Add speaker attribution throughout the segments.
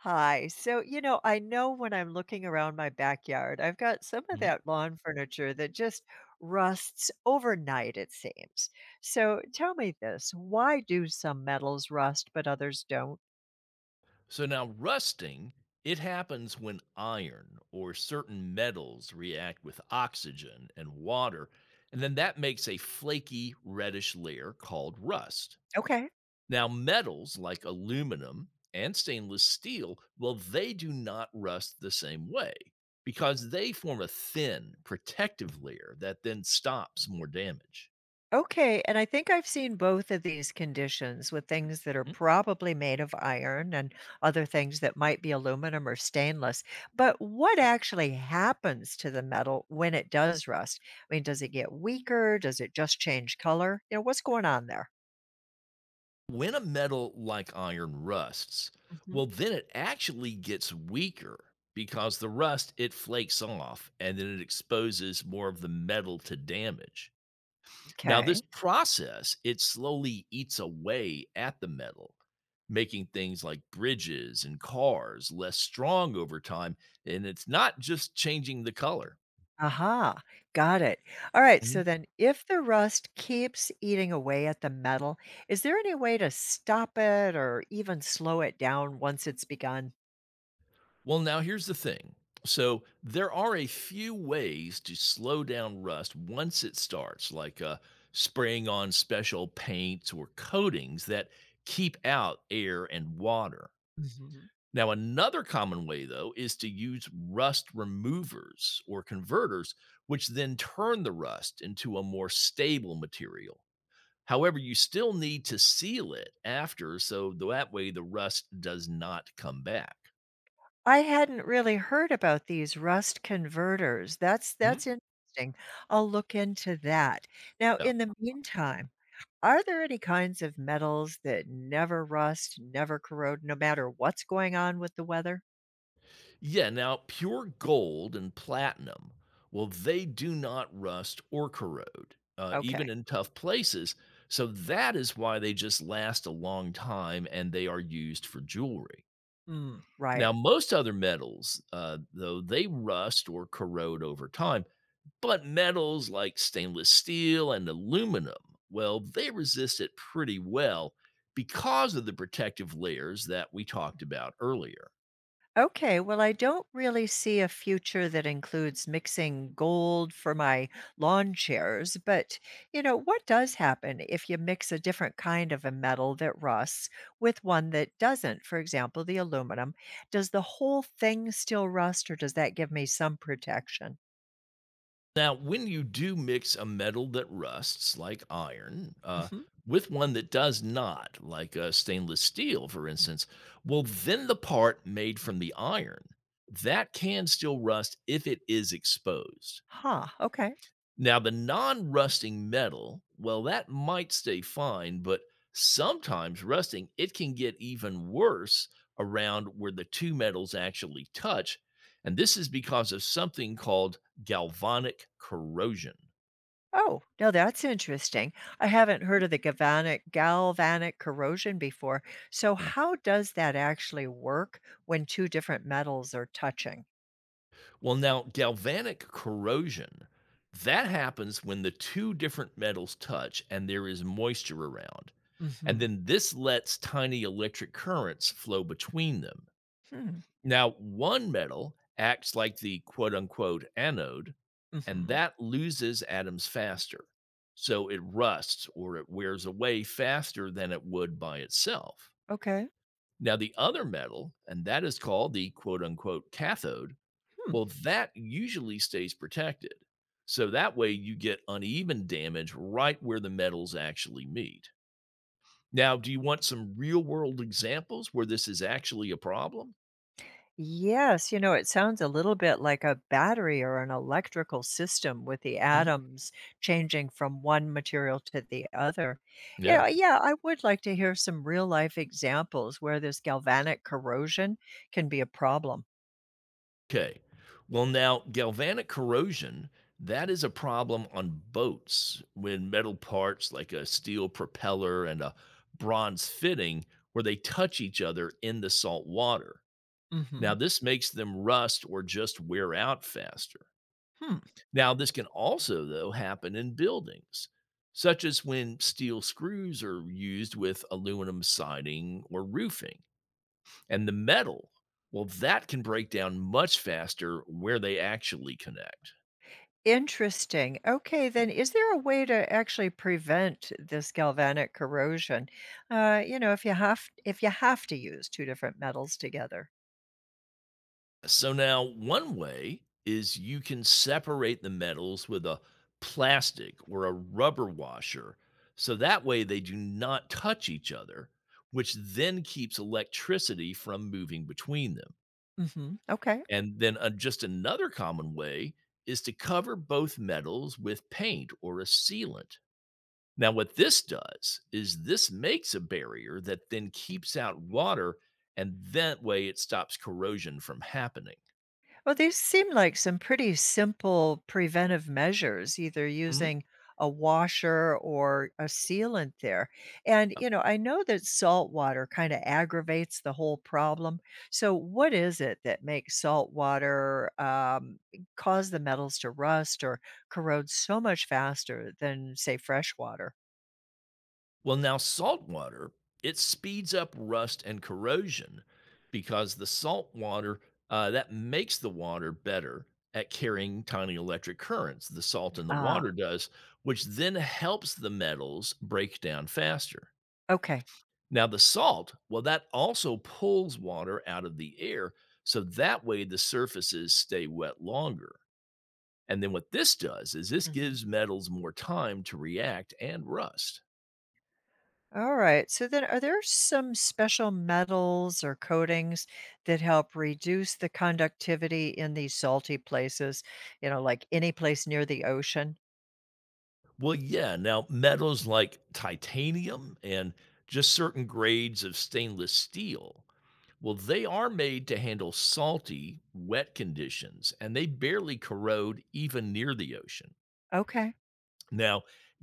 Speaker 1: Hi. I know when I'm looking around my backyard, I've got some of
Speaker 2: Mhm.
Speaker 1: that lawn furniture that just rusts overnight, it seems. So, tell me this, why do some metals rust but others don't?
Speaker 2: So now rusting, it happens when iron or certain metals react with oxygen and water, and then that makes a flaky reddish layer called rust.
Speaker 1: Okay.
Speaker 2: Now metals like aluminum and stainless steel, well they do not rust the same way because they form a thin protective layer that then stops more damage.
Speaker 1: Okay, and I think I've seen both of these conditions with things that are
Speaker 2: Mhm.
Speaker 1: probably made of iron and other things that might be aluminum or stainless. But what
Speaker 2: Yeah.
Speaker 1: actually happens to the metal when it does rust? I mean, does it get weaker? Does it just change color? What's going on there?
Speaker 2: When a metal like iron rusts,
Speaker 1: Mhm.
Speaker 2: well, then it actually gets weaker because the rust it flakes off and then it exposes more of the metal to damage. Now,
Speaker 1: Okay.
Speaker 2: this process it slowly eats away at the metal, making things like bridges and cars less strong over time. And it's not just changing the color.
Speaker 1: Aha, got it. All right, so then if the rust keeps eating away at the metal, is there any way to stop it or even slow it down once it's begun?
Speaker 2: Well, now here's the thing. So there are a few ways to slow down rust once it starts, like spraying on special paints or coatings that keep out air and water. Now, another common way, though, is to use rust removers or converters, which then turn the rust into a more stable material. However, you still need to seal it after, so that way the rust does not come back.
Speaker 1: I hadn't really heard about these rust converters. That's
Speaker 2: Hmm?
Speaker 1: that's interesting. I'll look into that. Now,
Speaker 2: Yeah.
Speaker 1: in the meantime, are there any kinds of metals that never rust, never corrode, no matter what's going on with the weather?
Speaker 2: Yeah, now pure gold and platinum, well, they do not rust or corrode, even
Speaker 1: Okay.
Speaker 2: in tough places. So that is why they just last a long time and they are used for jewelry.
Speaker 1: Mm, right.
Speaker 2: Now, most other metals, though, they rust or corrode over time, but metals like stainless steel and aluminum, well, they resist it pretty well because of the protective layers that we talked about earlier.
Speaker 1: Okay, well, I don't really see a future that includes mixing gold for my lawn chairs, but what does happen if you mix a different kind of a metal that rusts with one that doesn't? For example, the aluminum. Does the whole thing still rust or does that give me some protection?
Speaker 2: Now, when you do mix a metal that rusts, like iron,
Speaker 1: Hmm.
Speaker 2: with one that does not, like stainless steel, for instance, well, then the part made from the iron that can still rust if it is exposed.
Speaker 1: Huh, okay.
Speaker 2: Now, the non-rusting metal, well, that might stay fine, but sometimes rusting it can get even worse around where the two metals actually touch, and this is because of something called galvanic corrosion.
Speaker 1: Oh, no, that's interesting. I haven't heard of the galvanic corrosion before. So
Speaker 2: Mm.
Speaker 1: how does that actually work when two different metals are touching?
Speaker 2: Well, now galvanic corrosion that happens when the two different metals touch and there is moisture around. And
Speaker 1: Hmm.
Speaker 2: then this lets tiny electric currents flow between them.
Speaker 1: Hmm.
Speaker 2: Now, one metal acts like the quote unquote anode, and
Speaker 1: Hmm.
Speaker 2: that loses atoms faster. So it rusts or it wears away faster than it would by itself.
Speaker 1: Okay.
Speaker 2: Now, the other metal, and that is called the quote unquote cathode,
Speaker 1: Hmm.
Speaker 2: well, that usually stays protected. So that way you get uneven damage right where the metals actually meet. Now, do you want some real world examples where this is actually a problem?
Speaker 1: Yes, it sounds a little bit like a battery or an electrical system with the
Speaker 2: Mhm.
Speaker 1: atoms changing from one material to the other. You
Speaker 2: Yeah.
Speaker 1: know, yeah, I would like to hear some real life examples where this galvanic corrosion can be a problem.
Speaker 2: Okay. Well, now, galvanic corrosion, that is a problem on boats when metal parts like a steel propeller and a bronze fitting where they touch each other in the salt water.
Speaker 1: Mm-hmm.
Speaker 2: Now, this makes them rust or just wear out faster. Now, this can also, though, happen in buildings, such as when steel screws are used with aluminum siding or roofing. And the metal, well, that can break down much faster where they actually connect.
Speaker 1: Interesting. Okay, then is there a way to actually prevent this galvanic corrosion? If you have to use two different metals together.
Speaker 2: So, now one way is you can separate the metals with a plastic or a rubber washer. So that way they do not touch each other, which then keeps electricity from moving between them.
Speaker 1: Mhm. Okay.
Speaker 2: And then just another common way is to cover both metals with paint or a sealant. Now, what this does is this makes a barrier that then keeps out water, and that way it stops corrosion from happening.
Speaker 1: Well, these seem like some pretty simple preventive measures, either
Speaker 2: Mhm.
Speaker 1: using a washer or a sealant there. And, I know that salt water kind of aggravates the whole problem. So, what is it that makes salt water cause the metals to rust or corrode so much faster than, say, fresh water?
Speaker 2: Well, now salt water, it speeds up rust and corrosion because the salt water that makes the water better at carrying tiny electric currents. The salt in the
Speaker 1: Ah,
Speaker 2: water does, which then helps the metals break down faster.
Speaker 1: okay.
Speaker 2: Now, the salt, well, that also pulls water out of the air. So that way the surfaces stay wet longer. And then what this does is this gives metals more time to react and rust.
Speaker 1: All right. So then, are there some special metals or coatings that help reduce the conductivity in these salty places? Like any place near the ocean?
Speaker 2: Well, yeah. Now, metals like titanium and just certain grades of stainless steel, well, they are made to handle salty, wet conditions and they barely corrode even near the ocean.
Speaker 1: Okay.
Speaker 2: Now,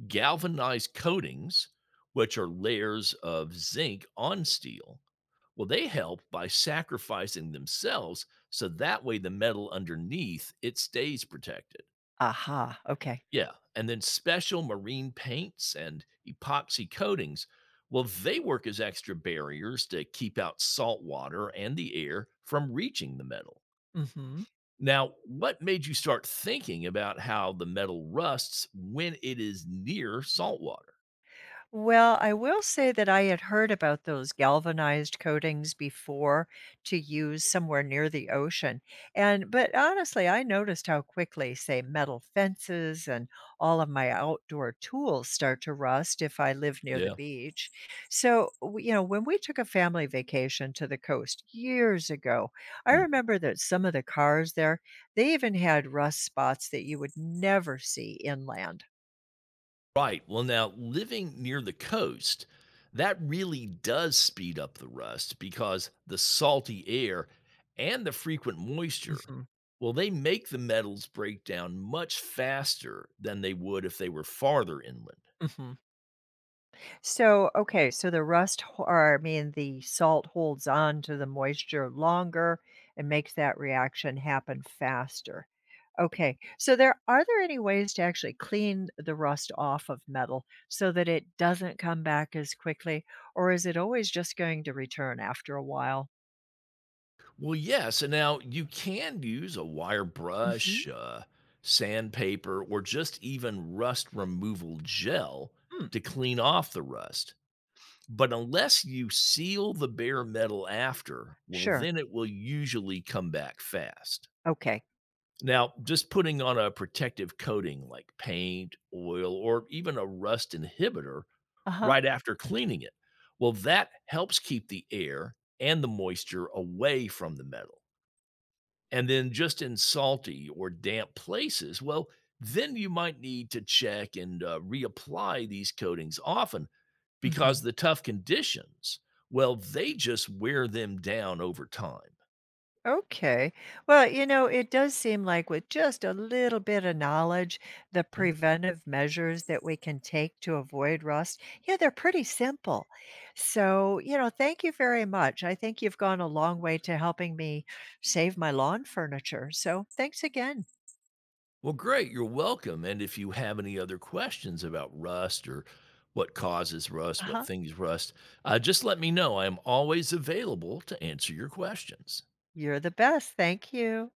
Speaker 2: galvanized coatings, which are layers of zinc on steel, well, they help by sacrificing themselves so that way the metal underneath it stays protected.
Speaker 1: Aha. Okay.
Speaker 2: Yeah, and then special marine paints and epoxy coatings, well, they work as extra barriers to keep out salt water and the air from reaching the metal.
Speaker 1: Mm hmm.
Speaker 2: Now, what made you start thinking about how the metal rusts when it is near salt water?
Speaker 1: Well, I will say that I had heard about those galvanized coatings before to use somewhere near the ocean. And but honestly, I noticed how quickly, say, metal fences and all of my outdoor tools start to rust if I live near the
Speaker 2: Yeah.
Speaker 1: beach. So, when we took a family vacation to the coast years ago, I remember that some of the cars there, they even had rust spots that you would never see inland.
Speaker 2: Right. Well, now living near the coast, that really does speed up the rust because the salty air and the frequent moisture,
Speaker 1: Hmm.
Speaker 2: well, they make the metals break down much faster than they would if they were farther inland.
Speaker 1: Hmm. So, okay, so the rust ho- or I mean the salt holds on to the moisture longer and makes that reaction happen faster. Okay. So there any ways to actually clean the rust off of metal so that it doesn't come back as quickly or is it always just going to return after a while?
Speaker 2: Well, yes. And now you can use a wire
Speaker 1: Hmm.
Speaker 2: brush, sandpaper, or just even rust removal gel to clean off the rust. But unless you seal the bare metal after, well,
Speaker 1: Sure.
Speaker 2: then it will usually come back fast.
Speaker 1: Okay.
Speaker 2: Now, just putting on a protective coating like paint, oil, or even a rust inhibitor
Speaker 1: Uh-huh.
Speaker 2: right after cleaning it, well, that helps keep the air and the moisture away from the metal and then just in salty or damp places, well, then you might need to check and reapply these coatings often because
Speaker 1: Mhm.
Speaker 2: the tough conditions, well, they just wear them down over time.
Speaker 1: Okay. Well, it does seem like with just a little bit of knowledge, the
Speaker 2: Mm.
Speaker 1: preventive measures that we can take to avoid rust, yeah, they're pretty simple. So, thank you very much. I think you've gone a long way to helping me save my lawn furniture. So, thanks again.
Speaker 2: Well, great. You're welcome. And if you have any other questions about rust or what causes rust, what
Speaker 1: Uh-huh.
Speaker 2: things rust, just let me know. I am always available to answer your questions.
Speaker 1: You're the best. Thank you.